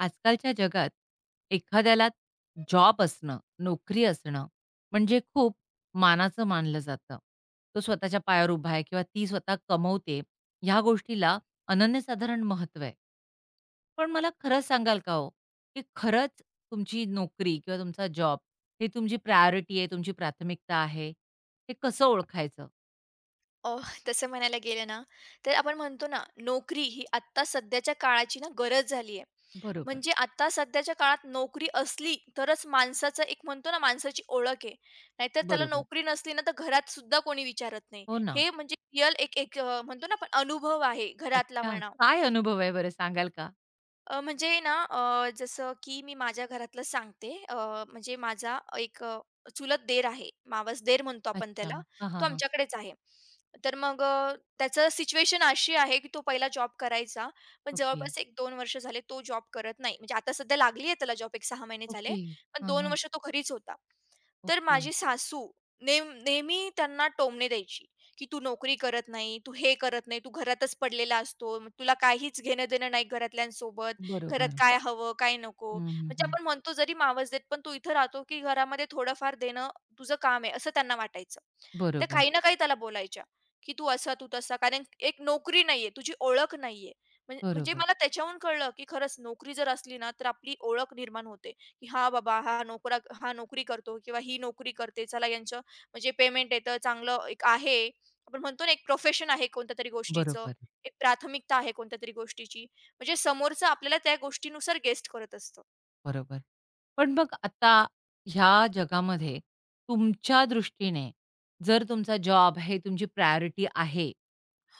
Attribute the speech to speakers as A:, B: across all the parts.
A: आजकालच्या जगात एखाद्याला जॉब असणं, नोकरी असणं म्हणजे खूप मानाचं मानलं जातं. तो स्वतःच्या पायावर उभा आहे किंवा ती स्वतः कमवते ह्या गोष्टीला अनन्यसाधारण महत्व आहे. पण मला खरंच सांगाल का हो, की खरंच तुमची नोकरी किंवा तुमचा जॉब हे तुमची प्रायोरिटी आहे, तुमची प्राथमिकता आहे, हे कसं ओळखायचं?
B: अ, तसं म्हणायला गेलं ना, तर आपण म्हणतो ना, नोकरी ही आत्ता सध्याच्या काळाची ना गरज झाली आहे.
A: बरोबर.
B: म्हणजे आता सध्याच्या काळात नोकरी असली तरच माणसाचं एक म्हणतो ना, माणसाची ओळख आहे. नाहीतर त्याला
A: बरोबर.
B: नोकरी नसली ना, तर घरात सुद्धा कोणी विचारत नाही.
A: हो ना.
B: हे म्हणजे रिअल एक एक अ, म्हणतो ना आपण अनुभव आहे घरातला
A: अच्छा.
B: म्हणा.
A: काय अनुभव आहे बरं सांगाल का?
B: म्हणजे ना जसं की मी माझ्या घरातलं सांगते. म्हणजे माझा एक चुलत देर आहे. मावस देर म्हणतो आपण
A: अच्छा.
B: त्याला.
A: हां,
B: तो
A: हां, हां.
B: आमच्याकडेच आहे. तर मग त्याचं सिच्युएशन अशी आहे, की तो पहिला जॉब करायचा. पण
A: ओके.
B: जवळपास एक दोन वर्ष झाले तो जॉब करत नाही. म्हणजे आता सध्या लागली आहे त्याला जॉब 1-6 महिने झाले.
A: ओके.
B: पण 2
A: हां,
B: वर्ष तो घरीच होता. तर
A: ओके.
B: माझी सासू नेहमी त्यांना टोमणे द्यायची, की "तू नोकरी करत नाही, तू हे करत नाही, तू घरातच पडलेला असतो, मग तुला काहीच घेणं-देणं नाही घरातल्यांसोबत. घरात
A: बरोबर.
B: काय हवं, काय नको.
A: हं, हं,
B: म्हणजे
A: हं.
B: आपण म्हणतो जरी मावस देत, पण तू इथं राहतो, की घरामध्ये थोडंफार देणं तुझं काम आहे, असं त्यांना वाटायचं. त्या
A: बरोबर,
B: काही ना काही त्याला बोलायच्या, की तू असा, तू तसा. कारण एक नोकरी नाहीये, तुझी ओळख नाहीये. म्हणजे
A: बरोबर,
B: मला त्याच्याहून कळलं, की खरंच नोकरी जर असली ना, तर आपली ओळख निर्माण होते, की "हां, बाबा हा नोकरी करतो किंवा ही नोकरी करते. चला यांचं म्हणजे पेमेंट येतं, चांगलं एक आहे." आपण म्हणतो ना, एक प्रोफेशन आहे कोणत्यातरी गोष्टीचं,
A: बरोबर,
B: एक प्राथमिकता आहे कोणत्यातरी गोष्टीची. म्हणजे समोरचं आपल्याला त्या गोष्टीनुसार गेस्ट करत असतो.
A: बरोबर. पण मग आता ह्या जगामध्ये तुमच्या दृष्टीने जर तुमचा जॉब हे तुमची प्रायोरिटी आहे,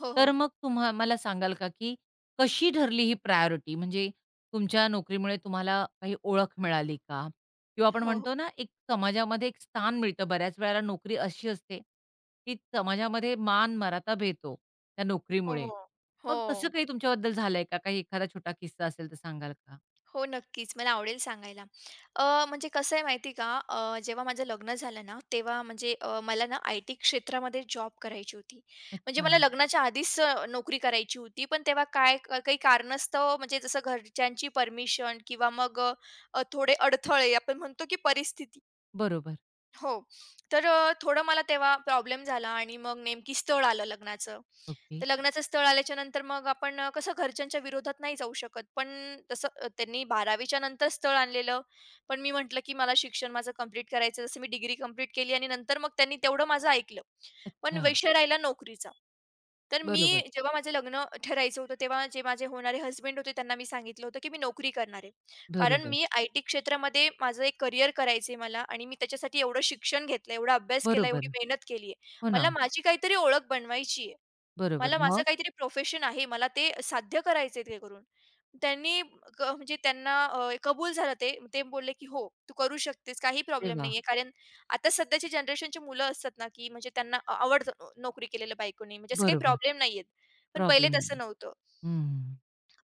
B: हो,
A: तर
B: हो.
A: मग मला सांगाल का, की कशी ठरली ही प्रायोरिटी? म्हणजे तुमच्या नोकरीमुळे तुम्हाला काही ओळख मिळाली का? किंवा आपण
B: हो,
A: म्हणतो ना, एक समाजामध्ये एक स्थान मिळतं. बऱ्याच वेळेला नोकरी अशी असते, की समाजामध्ये मान-मराता भेटतो त्या
B: हो, हो,
A: नोकरीमुळे.
B: हो.
A: मग तसं
B: हो,
A: काही तुमच्याबद्दल झालंय का? काही एखादा छोटा किस्सा असेल तर सांगाल का?
B: हो, नक्कीच. मला आवडेल सांगायला. अ, म्हणजे कसं आहे माहिती का, जेव्हा माझं लग्न झालं ना, तेव्हा म्हणजे मला ना आयटी क्षेत्रामध्ये जॉब करायची होती. म्हणजे
A: अच्छा.
B: मला लग्नाच्या आधीच नोकरी करायची होती. पण तेव्हा काय काही कारणास्तव म्हणजे जसं घरच्यांची परमिशन किंवा मग थोडे अडथळे आपण म्हणतो की परिस्थिती
A: बरोबर.
B: हो. तर थोडं मला तेव्हा प्रॉब्लेम झाला आणि मग नेमकी स्थळ आलं लग्नाचं.
A: ओके.
B: तर लग्नाचं स्थळ आल्याच्या नंतर मग आपण कसं घरच्यांच्या विरोधात नाही जाऊ शकत. पण तसं त्यांनी 12वी नंतर स्थळ आणलेलं. पण मी म्हटलं, की मला शिक्षण माझं कंप्लीट करायचं. जसं मी डिग्री कंप्लीट केली आणि नंतर मग त्यांनी तेवढं माझं ऐकलं. पण
A: अच्छा.
B: विषय राहिला नोकरीचा. तर मी
A: बरोबर,
B: जेव्हा माझं लग्न ठरायचं होतं, तेव्हा जे माझे होणारे हसबँड होते त्यांना मी सांगितलं होतं, की मी नोकरी करणार आहे. कारण
A: बरोबर,
B: मी आय-टी क्षेत्रामध्ये माझं एक करियर करायचं आहे मला आणि मी त्याच्यासाठी एवढं शिक्षण घेतलंय, एवढा अभ्यास केला,
A: बरोबर.
B: एवढी मेहनत केली आहे.
A: हो ना,
B: मला माझी काहीतरी ओळख बनवायची आहे.
A: बरोबर.
B: मला माझं
A: मग
B: काहीतरी प्रोफेशन आहे. मला ते साध्य करायचं ते करून. त्यांनी म्हणजे त्यांना कबूल झालं ते. ते बोलले, की "हो, तू करू शकतेस. काही प्रॉब्लेम
A: तेव्हा
B: नाहीये." कारण आता सध्याची जनरेशनची मुलं असतात ना, की म्हणजे त्यांना आवडतं नोकरी केलेल्या बायकोनी म्हणजे असं काही
A: बरोबर,
B: प्रॉब्लेम नाहीयेत. पण पहिले
A: प्रॉब्लेम
B: तसं
A: नाही.
B: नव्हतं.
A: हं.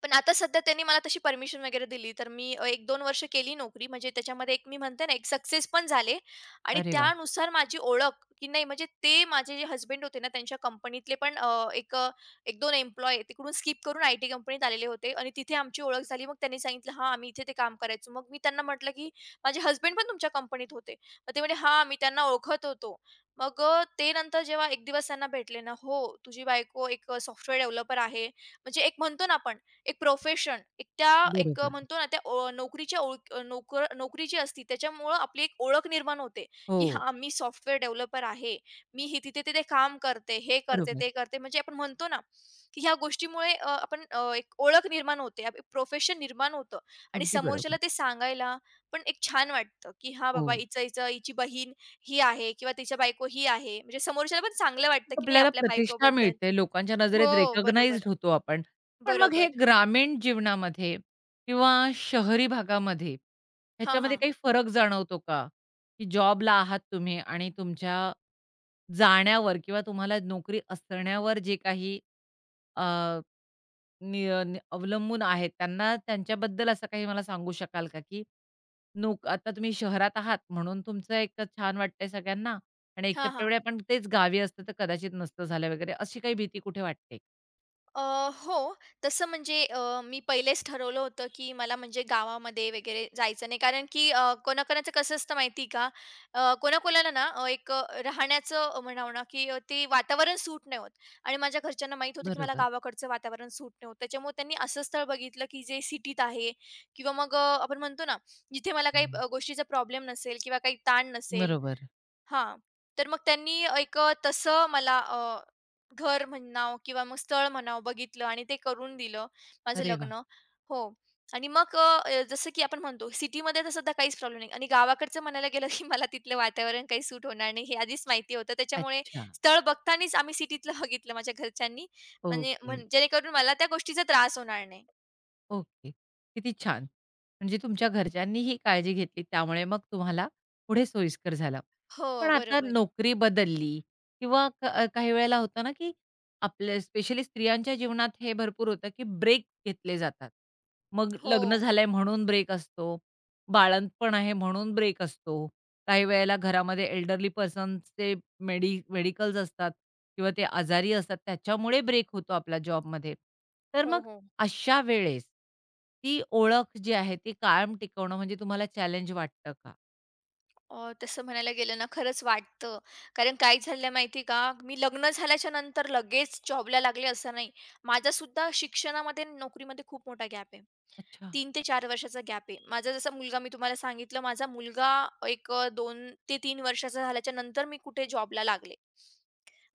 B: पण आता सध्या त्यांनी मला तशी परमिशन वगैरे दिली, तर मी 1-2 वर्ष केली नोकरी. म्हणजे त्याच्यामध्ये एक मी म्हणते ना, एक सक्सेस पण झाले आणि
A: अरे वाह!
B: त्यानुसार माझी ओळख, की नाही म्हणजे ते माझे जे हसबंड होते ना, त्यांच्या कंपनीतले पण एक 1-2 एम्प्लॉयी तिकडून स्किप करून आयटी कंपनीत आलेले होते आणि तिथे आमची ओळख झाली. मग त्यांनी सांगितलं, "हां, आम्ही इथे ते काम करायचो." मग मी त्यांना म्हटलं, की "माझे हसबंड पण तुमच्या कंपनीत होते." मग ते म्हणे, "हां, मी त्यांना ओळखत होतो." मग ते नंतर जेव्हा एक दिवस त्यांना भेटले ना, "हो, तुझी बायको एक सॉफ्टवेअर डेव्हलपर आहे." म्हणजे एक म्हणतो ना आपण, एक प्रोफेशन, एक त्या एक
A: बरोबर.
B: म्हणतो ना, त्या ओ नोकरीच्या ओळख नोकर नोकरी जी असती त्याच्यामुळं आपली एक ओळख निर्माण होते, की
A: हो,
B: हां, मी सॉफ्टवेअर डेव्हलपर आहे. मी हे तिथे-तिथे काम करते, हे करते,
A: बरोबर.
B: ते करते. म्हणजे आपण म्हणतो ना, की ह्या गोष्टीमुळे आपण एक ओळख निर्माण होते, एक प्रोफेशन निर्माण होतं आणि
A: अगदी
B: समोरच्याला
A: बरोबर.
B: ते सांगायला पण एक छान वाटतं, की हां,
A: हो.
B: बाबा हिचं, हिचं हिची बहीण ही आहे किंवा तिच्या बायको ही आहे. म्हणजे समोरच्याला पण चांगलं वाटतं,
A: मग
B: की नाही
A: आपल्याला
B: आपल्या
A: प्रतिष्ठा
B: बायकोबद्दल.
A: मिळते, लोकांच्या नजरेत
B: हो, बरोबर,
A: रिकॉग्नाइज्ड होतो आपण. पण मग हे
B: बरोबर.
A: ग्रामीण जीवनामध्ये किंवा शहरी भागामध्ये
B: हां,
A: ह्याच्यामध्ये
B: हां.
A: काही फरक जाणवतो का? की जॉबला आहात तुम्ही आणि तुमच्या जाण्यावर किंवा तुम्हाला नोकरी असण्यावर जे काही नि अ, नि अवलंबून आहेत. त्यांना त्यांच्याबद्दल असं काही मला सांगू शकाल का, की आता तुम्ही शहरात आहात म्हणून तुमचं एक छान वाटतंय सगळ्यांना आणि
B: हां,
A: एक्सेप्ट
B: हां.
A: एवढे आपण तेच गावी असतं तर कदाचित नसतं झालं वगैरे अशी काही भीती कुठे वाटते?
B: अ, हो. तसं म्हणजे मी पहिलेच ठरवलं होतं, की मला म्हणजे गावामध्ये वगैरे जायचं नाही. कारण की कोणाकोणाचं कसं असतं माहिती का? कोणाकोणाला ना एक राहण्याचं म्हणावं ना, की ते वातावरण सूट नाही होत आणि माझ्या घरच्यांना माहीत होतं, की मला
A: बरोबर.
B: गावाकडचं वातावरण सूट नाही होत. त्याच्यामुळे त्यांनी असं स्थळ बघितलं, की जे सिटीत आहे किंवा मग आपण म्हणतो ना, जिथे मला काही
A: हं.
B: गोष्टीचा प्रॉब्लेम नसेल किंवा काही ताण नसेल
A: बरोबर.
B: हां. तर मग त्यांनी एक तसं मला घर म्हणावं किंवा मग स्थळ म्हणावं बघितलं आणि ते करून दिलं माझं
A: अरे वाह!
B: लग्न. हो. आणि मग जसं की आपण म्हणतो सिटीमध्ये तसं तर सध्या काहीच प्रॉब्लेम नाही आणि गावाकडचं म्हणायला गेलं की मला तिथलं वातावरण काही सूट होणार नाही हे आधीच माहिती होतं. त्याच्यामुळे
A: अच्छा.
B: स्थळ बघतानाच आम्ही सिटीतलं बघितलं माझ्या घरच्यांनी. म्हणजे
A: ओके.
B: जेणेकरून मला त्या गोष्टीचा त्रास होणार नाही.
A: ओके. किती छान! म्हणजे तुमच्या घरच्यांनी ही काळजी घेतली त्यामुळे मग तुम्हाला पुढे सोयीस्कर झालं.
B: हो,
A: पण आता
B: बरोबर.
A: नोकरी बदलली किंवा काही वेळेला होतं ना, की आपल्या स्पेशली स्त्रियांच्या जीवनात हे भरपूर होतं, की ब्रेक घेतले जातात. मग
B: हो.
A: लग्न झालंय म्हणून ब्रेक असतो, बाळंतपण आहे म्हणून ब्रेक असतो. काही वेळेला घरामध्ये एल्डरली पर्सन्सचे मेडिकल्स असतात किंवा ते आजारी असतात त्याच्यामुळे ब्रेक होतो आपल्या जॉबमध्ये. तर
B: हो,
A: मग
B: हो.
A: अशा वेळेस ती ओळख जी आहे ती कायम टिकवणं म्हणजे तुम्हाला चॅलेंज वाटतं का?
B: तसं म्हणायला गेलं ना खरंच वाटतं. कारण काय झालं माहिती आहे का? मी लग्न झाल्याच्या नंतर लगेच जॉबला लागले असं नाही. माझासुद्धा शिक्षणामध्ये आणि नोकरीमध्ये खूप मोठा गॅप आहे.
A: अच्छा,
B: 3 ते 4 वर्षाचा गॅप आहे. माझा जसा मुलगा मी तुम्हाला सांगितलं, माझा मुलगा एक 2 ते 3 वर्षाचा झाल्याच्यानंतर मी कुठे जॉबला लागले.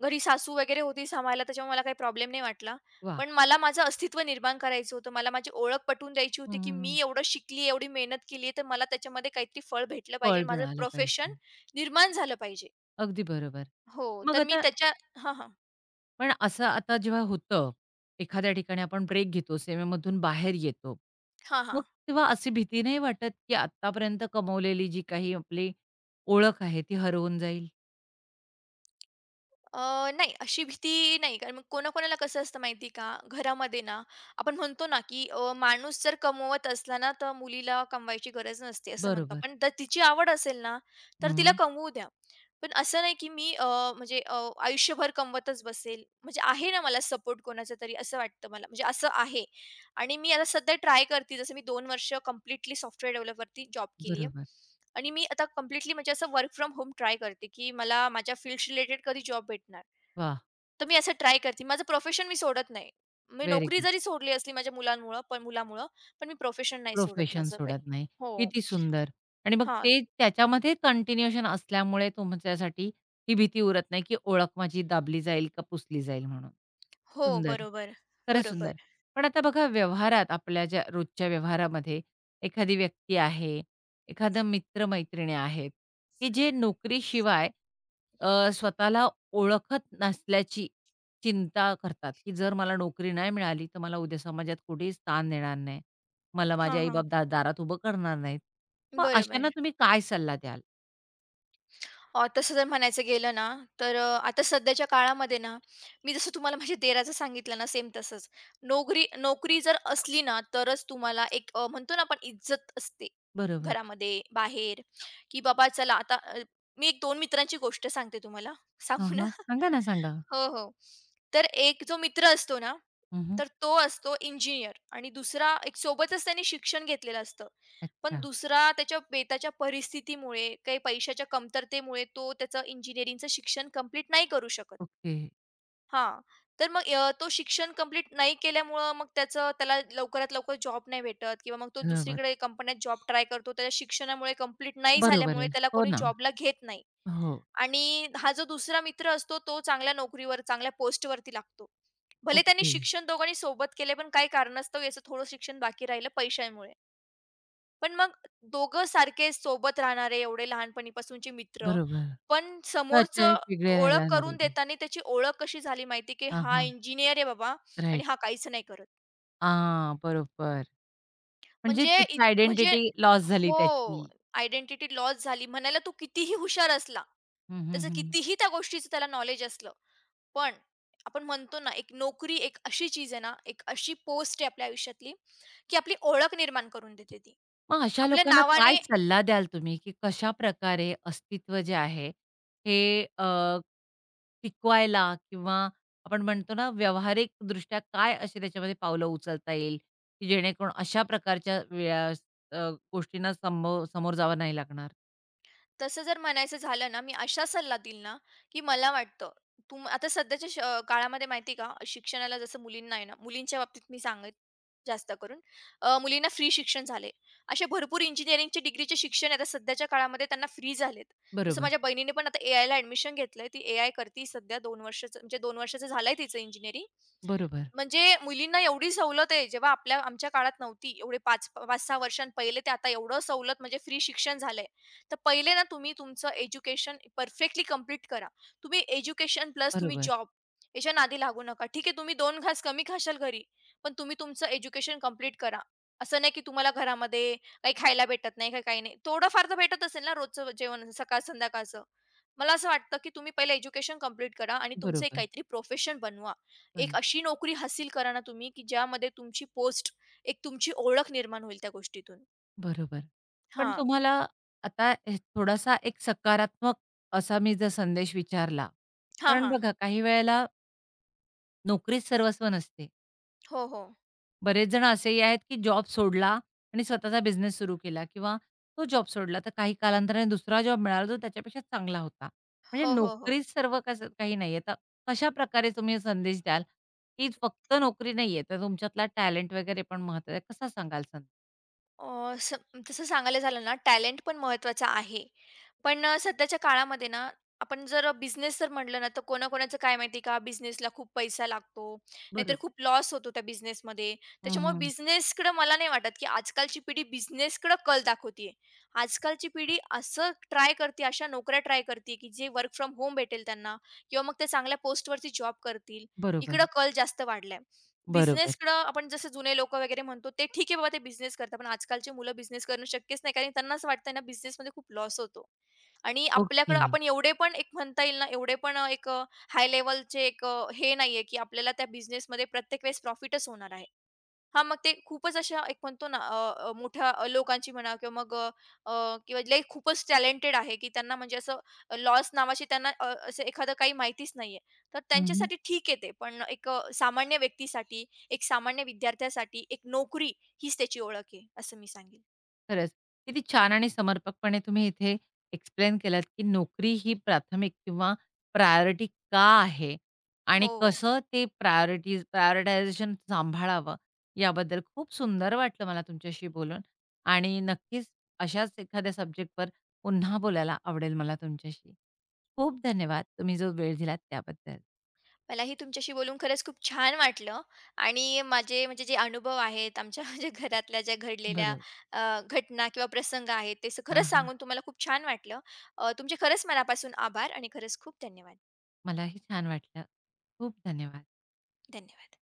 B: घरी सासू वगैरे होती सांभाळायला त्याच्यामुळे मला काही प्रॉब्लेम नाही वाटला.
A: वाह!
B: पण मला माझं अस्तित्व निर्माण करायचं होतं. मला माझी ओळख पटवून द्यायची
A: हं,
B: होती, की
A: हं,
B: मी
A: हं.
B: एवढं शिकली, एवढी मेहनत केली आहे, तर मला त्याच्यामध्ये काहीतरी फळ भेटलं पाहिजे
A: फळ
B: माझं
A: मिळायला
B: प्रोफेशन
A: पाहिजे.
B: निर्माण झालं पाहिजे.
A: अगदी बरोबर.
B: हो,
A: मग
B: तर मी
A: आता
B: त्याच्या हां, हां.
A: पण असं आता जेव्हा होतं, एखाद्या ठिकाणी आपण ब्रेक घेतो, सेवेमधून बाहेर येतो.
B: हां,
A: मग
B: हां.
A: तेव्हा अशी भीती नाही वाटत, की आत्तापर्यंत कमवलेली जी काही आपली ओळख आहे ती हरवून जाईल?
B: नाही अशी भीती नाही. कारण मग कोणाकोणाला कसं असतं माहिती आहे का? घरामध्ये ना आपण म्हणतो ना, की माणूस जर कमवत असला ना, तर मुलीला कमवायची गरज नसते असं म्हणतो
A: बरोबर.
B: आपण. जर तिची आवड असेल ना, तर तिला
A: हं.
B: कमवू द्या. पण असं नाही, की मी म्हणजे आयुष्यभर कमवतच बसेल. म्हणजे आहे ना मला सपोर्ट कोणाचा तरी असं वाटतं मला. म्हणजे असं आहे आणि मी आता सध्या ट्राय करते. जसं मी 2 वर्ष कंप्लीटली सॉफ्टवेअर डेव्हलपवरती जॉब केली आहे.
A: बरोबर.
B: आणि मी आता कंप्लीटली म्हणजे असं वर्क फ्रॉम होम ट्राय करते, की मला माझ्या फील्ड रिलेटेड कधी जॉब भेटणार.
A: वाह!
B: तर मी असं ट्राय करते. माझं प्रोफेशन मी सोडत नाही. मी
A: व्हेरी
B: नोकरी जरी सोडली असली माझ्या मुलांमुळं पण मुलामुळं, पण मी प्रोफेशन नाही सोडत
A: प्रोफेशन
B: माझं काही.
A: सोडत नाही.
B: हो.
A: किती सुंदर! आणि मग
B: हां.
A: ते त्याच्यामध्ये कंटिन्यूएशन असल्यामुळे तुमच्यासाठी ही भीती उरत नाही, की ओळख माझी दाबली जाईल का पुसली जाईल म्हणून.
B: हो,
A: सुंदर.
B: बरोबर.
A: खरंच
B: बरोबर.
A: सुंदर. पण आता बघा व्यवहारात आपल्या ज्या रोजच्या व्यवहारामध्ये एखादी व्यक्ती आहे, एखादा मित्र आहेत, की जे नोकरीशिवाय स्वतःला ओळखत नसल्याची चिंता करतात, की जर मला नोकरी नाही मिळाली, तर मला उद्या समाजात कुठेही स्थान देणार नाही. मला माझे
B: हां, हां.
A: आई-बाप दारात उभं करणार नाहीत. मग
B: बरोबर.
A: अशांना तुम्ही काय सल्ला द्याल?
B: तसं जर म्हणायचं गेलं ना, तर आता सध्याच्या काळामध्ये ना, मी जसं तुम्हाला माझ्या देराचं सांगितलं ना, सेम तसंच. नोकरी नोकरी जर असली ना, तरच तुम्हाला एक म्हणतो ना आपण इज्जत असते
A: बरोबर.
B: घरामध्ये, बाहेर, की बाबा चला आता मी एक दोन मित्रांची गोष्ट सांगते तुम्हाला.
A: हां,
B: सांगू ना?
A: हां. सांगा ना, सांगा.
B: हो, हो. तर एक जो मित्र असतो ना
A: हं, हं.
B: तर तो असतो इंजिनिअर आणि दुसरा एक सोबतच त्याने शिक्षण घेतलेलं असतं. पण
A: अच्छा.
B: दुसरा त्याच्या बेताच्या परिस्थितीमुळे, काही पैशाच्या कमतरतेमुळे तो त्याचं इंजिनिअरिंगचं शिक्षण कंप्लीट नाही करू शकत.
A: ओके.
B: हां, तर मग तो शिक्षण कंप्लीट नाही केल्यामुळं मग त्याचं त्याला लवकरात लवकर जॉब नाही भेटत किंवा मग तो
A: बरोबर.
B: दुसरीकडे कंपन्यात जॉब ट्राय करतो. त्याच्या शिक्षणामुळे कंप्लीट नाही
A: बरोबर
B: झाल्यामुळे
A: आहे.
B: त्याला
A: हो
B: कोणी
A: ना.
B: जॉबला घेत नाही.
A: हो.
B: आणि हा जो दुसरा मित्र असतो तो चांगल्या नोकरीवर, चांगल्या पोस्टवरती लागतो. भले त्यांनी
A: ओके.
B: शिक्षण दोघांनी सोबत केले, पण काही कारणास्तव याचं थोडं शिक्षण बाकी राहिलं पैशांमुळे. पण मग दोघं सारखे सोबत राहणारे एवढे लहानपणीपासूनचे मित्र,
A: बरोबर.
B: पण
A: तर अचानक
B: समोरचं
A: वेगळे राहायला
B: ओळख करून
A: लागले.
B: देताना त्याची ओळख कशी झाली माहिती, की
A: हां,
B: हा
A: हां.
B: इंजिनिअर आहे बाबा आणि
A: राइट.
B: हा काहीच नाही करत.
A: हां, बरोबर. म्हणजे
B: म्हणजे इत
A: तिथली
B: म्हणजे
A: आयडेंटिटी लॉस झाली
B: हो,
A: त्याची.
B: आयडेंटिटी लॉस झाली. म्हणायला तो कितीही हुशार असला,
A: हं, हं,
B: त्याचं
A: हं.
B: कितीही त्या गोष्टीचं त्याला नॉलेज असलं, पण आपण म्हणतो ना, एक नोकरी एक अशी चीज आहे ना, एक अशी पोस्ट आहे आपल्या आयुष्यातली, की आपली ओळख निर्माण करून देते ती.
A: मग अशा
B: आपल्या
A: लोकांना काय
B: नावाने
A: सल्ला द्याल तुम्ही, की कशाप्रकारे अस्तित्व जे आहे, हे अ, टिकवायला किंवा आपण म्हणतो ना, व्यावहारिकदृष्ट्या काय अशी त्याच्यामध्ये पावलं उचलता येईल, की जेणेकरून अशा प्रकारच्या वेळा अ, गोष्टींना समोर जावं नाही लागणार?
B: तसं जर म्हणायचं झालं ना, मी असा सल्ला देईल ना, की मला वाटतं आता सध्याच्या काळामध्ये माहिती का, शिक्षणाला जसं मुलींना आहे ना, मुलींच्या बाबतीत मी सांगेल जास्त करून. मुलींना फ्री शिक्षण झाले. असे भरपूर इंजिनिअरिंगचे डिग्रीचे शिक्षण आता सध्याच्या काळामध्ये त्यांना फ्री झालेत. जसं
A: बरोबर,
B: माझ्या बहिणीने पण आता एआयला ॲडमिशन घेतलंय. ती एआय करती सध्या 2 वर्षाचं झालंय तिचं इंजिनिअरिंग.
A: बरोबर,
B: म्हणजे मुलींना एवढी सवलत आहे, जेव्हा आपल्या आमच्या काळात नव्हती. एवढे 5 5-6 वर्षां पहिले ते आता एवढं सवलत म्हणजे फ्री शिक्षण झालंय. तर पहिले ना तुम्ही तुमचं एज्युकेशन परफेक्टली कंप्लीट करा. तुम्ही एज्युकेशन प्लस तुम्ही
A: बरोबर,
B: जॉब याच्या नादी लागू नका. ठीक आहे, तुम्ही 2 घास कमी खाशाल घरी, पण तुम्ही तुमचं एज्युकेशन कंप्लीट करा. असं नाही की तुम्हाला घरामध्ये काही खायला भेटत नाही, काही काही नाही. थोडंफार तर भेटत असेल ना रोजचं जेवण सकाळ-संध्याकाळचं. मला असं वाटतं की तुम्ही पहिले एज्युकेशन कंप्लीट करा आणि तुमचं एक
A: बरोबर.
B: काहीतरी प्रोफेशन बनवा. एक
A: पण
B: अशी नोकरी हासिल करा ना तुम्ही की ज्यामध्ये तुमची पोस्ट, एक तुमची ओळख निर्माण होईल त्या गोष्टीतून.
A: बरोबर. पण
B: हां.
A: तुम्हाला आता हे थोडासा एक सकारात्मक असा मी जर संदेश विचारला,
B: हां,
A: कारण
B: हां.
A: बघा काही वेळेला नोकरीच सर्वस्व नसते.
B: हो, हो.
A: बरेच जण असेही आहेत, की जॉब सोडला आणि स्वतःचा बिझनेस सुरू केला किंवा तो जॉब सोडला, तर काही कालांतराने दुसरा जॉब मिळाला, जो त्याच्यापेक्षा चांगला होता. म्हणजे
B: हो, हो, हो.
A: नोकरीच सर्व कसं काही नाहीये. तर कशाप्रकारे तुम्ही संदेश द्याल, की फक्त नोकरी नाहीये, तर तुमच्यातला टॅलेंट वगैरे पण महत्त्वाचा आहे. कसा सांगाल संदेश?
B: अ, स तसं सांगायला झालं ना, टॅलेंट पण महत्त्वाचा आहे. पण सध्याच्या काळामध्ये ना, आपण जर बिझनेस जर म्हटलं ना, तर कोणाकोणाचं काय माहिती आहे का, बिझनेसला खूप पैसा लागतो, नाहीतर
A: बरोबर.
B: खूप लॉस होतो त्या बिझनेसमध्ये. त्याच्यामुळे
A: हं,
B: बिझनेसकडं मला नाही वाटत, की आजकालची पिढी बिझनेसकडं कल दाखवते आजकालची पिढी असं ट्राय करते, अशा नोकऱ्या ट्राय करते, की जे वर्क फ्रॉम होम भेटेल त्यांना किंवा मग ते चांगल्या पोस्टवरती जॉब करतील. इकडं
A: बरोबर,
B: कल जास्त वाढलाय.
A: बरोबर.
B: बिझनेसकडं आपण जसं जुने लोकं वगैरे म्हणतो, ते ठीक आहे बाबा ते बिझनेस करतात. पण आजकालची मुलं बिझनेस करणं शक्यच नाही, कारण त्यांना असं वाटतंय ना, बिझनेसमध्ये खूप लॉस होतो. आणि
A: ओके.
B: आपल्याकडं आपण एवढे पण एक म्हणता येईल ना, एवढे पण एक हाय लेव्हलचे एक हे नाहीये, की आपल्याला त्या बिझनेसमध्ये प्रत्येक वेळेस प्रॉफिटच होणार आहे. हां, मग ते खूपच अशा एक म्हणतो ना अ, अ, मोठ्या लोकांची म्हणा किंवा मग अ, अ, किंवा जे खूपच टॅलेंटेड आहे, की त्यांना म्हणजे असं लॉस नावाची त्यांना असं एखादं काही माहितीच नाहीये. तर त्यांच्यासाठी ठीक आहे ते. पण एक सामान्य व्यक्तीसाठी, एक सामान्य विद्यार्थ्यासाठी एक नोकरी हीच त्याची ओळख आहे, असं मी सांगेल.
A: खरंच. किती छान आणि समर्पकपणे तुम्ही इथे एक्सप्लेन केलात, की नोकरी ही प्राथमिक किंवा प्रायोरिटी का आहे? आणि
B: हो.
A: कसं ते प्रायोरिटायझेशन सांभाळावं याबद्दल खूप सुंदर वाटलं मला तुमच्याशी बोलून आणि नक्कीच अशाच एखाद्या सब्जेक्टवर पुन्हा बोलायला आवडेल मला तुमच्याशी. खूप धन्यवाद तुम्ही जो वेळ दिलात त्याबद्दल.
B: मलाही तुमच्याशी बोलून खरंच खूप छान वाटलं आणि माझे म्हणजे जे अनुभव आहेत आमच्या म्हणजे घरातल्या ज्या घडलेल्या
A: बरोबर.
B: घटना किंवा प्रसंग आहेत ते
A: हां,
B: खरंच
A: हां.
B: सांगून तुम्हाला खूप छान वाटलं. तुमचे खरंच मनापासून आभार आणि खरंच खूप धन्यवाद.
A: मलाही छान वाटलं. खूप धन्यवाद.
B: धन्यवाद.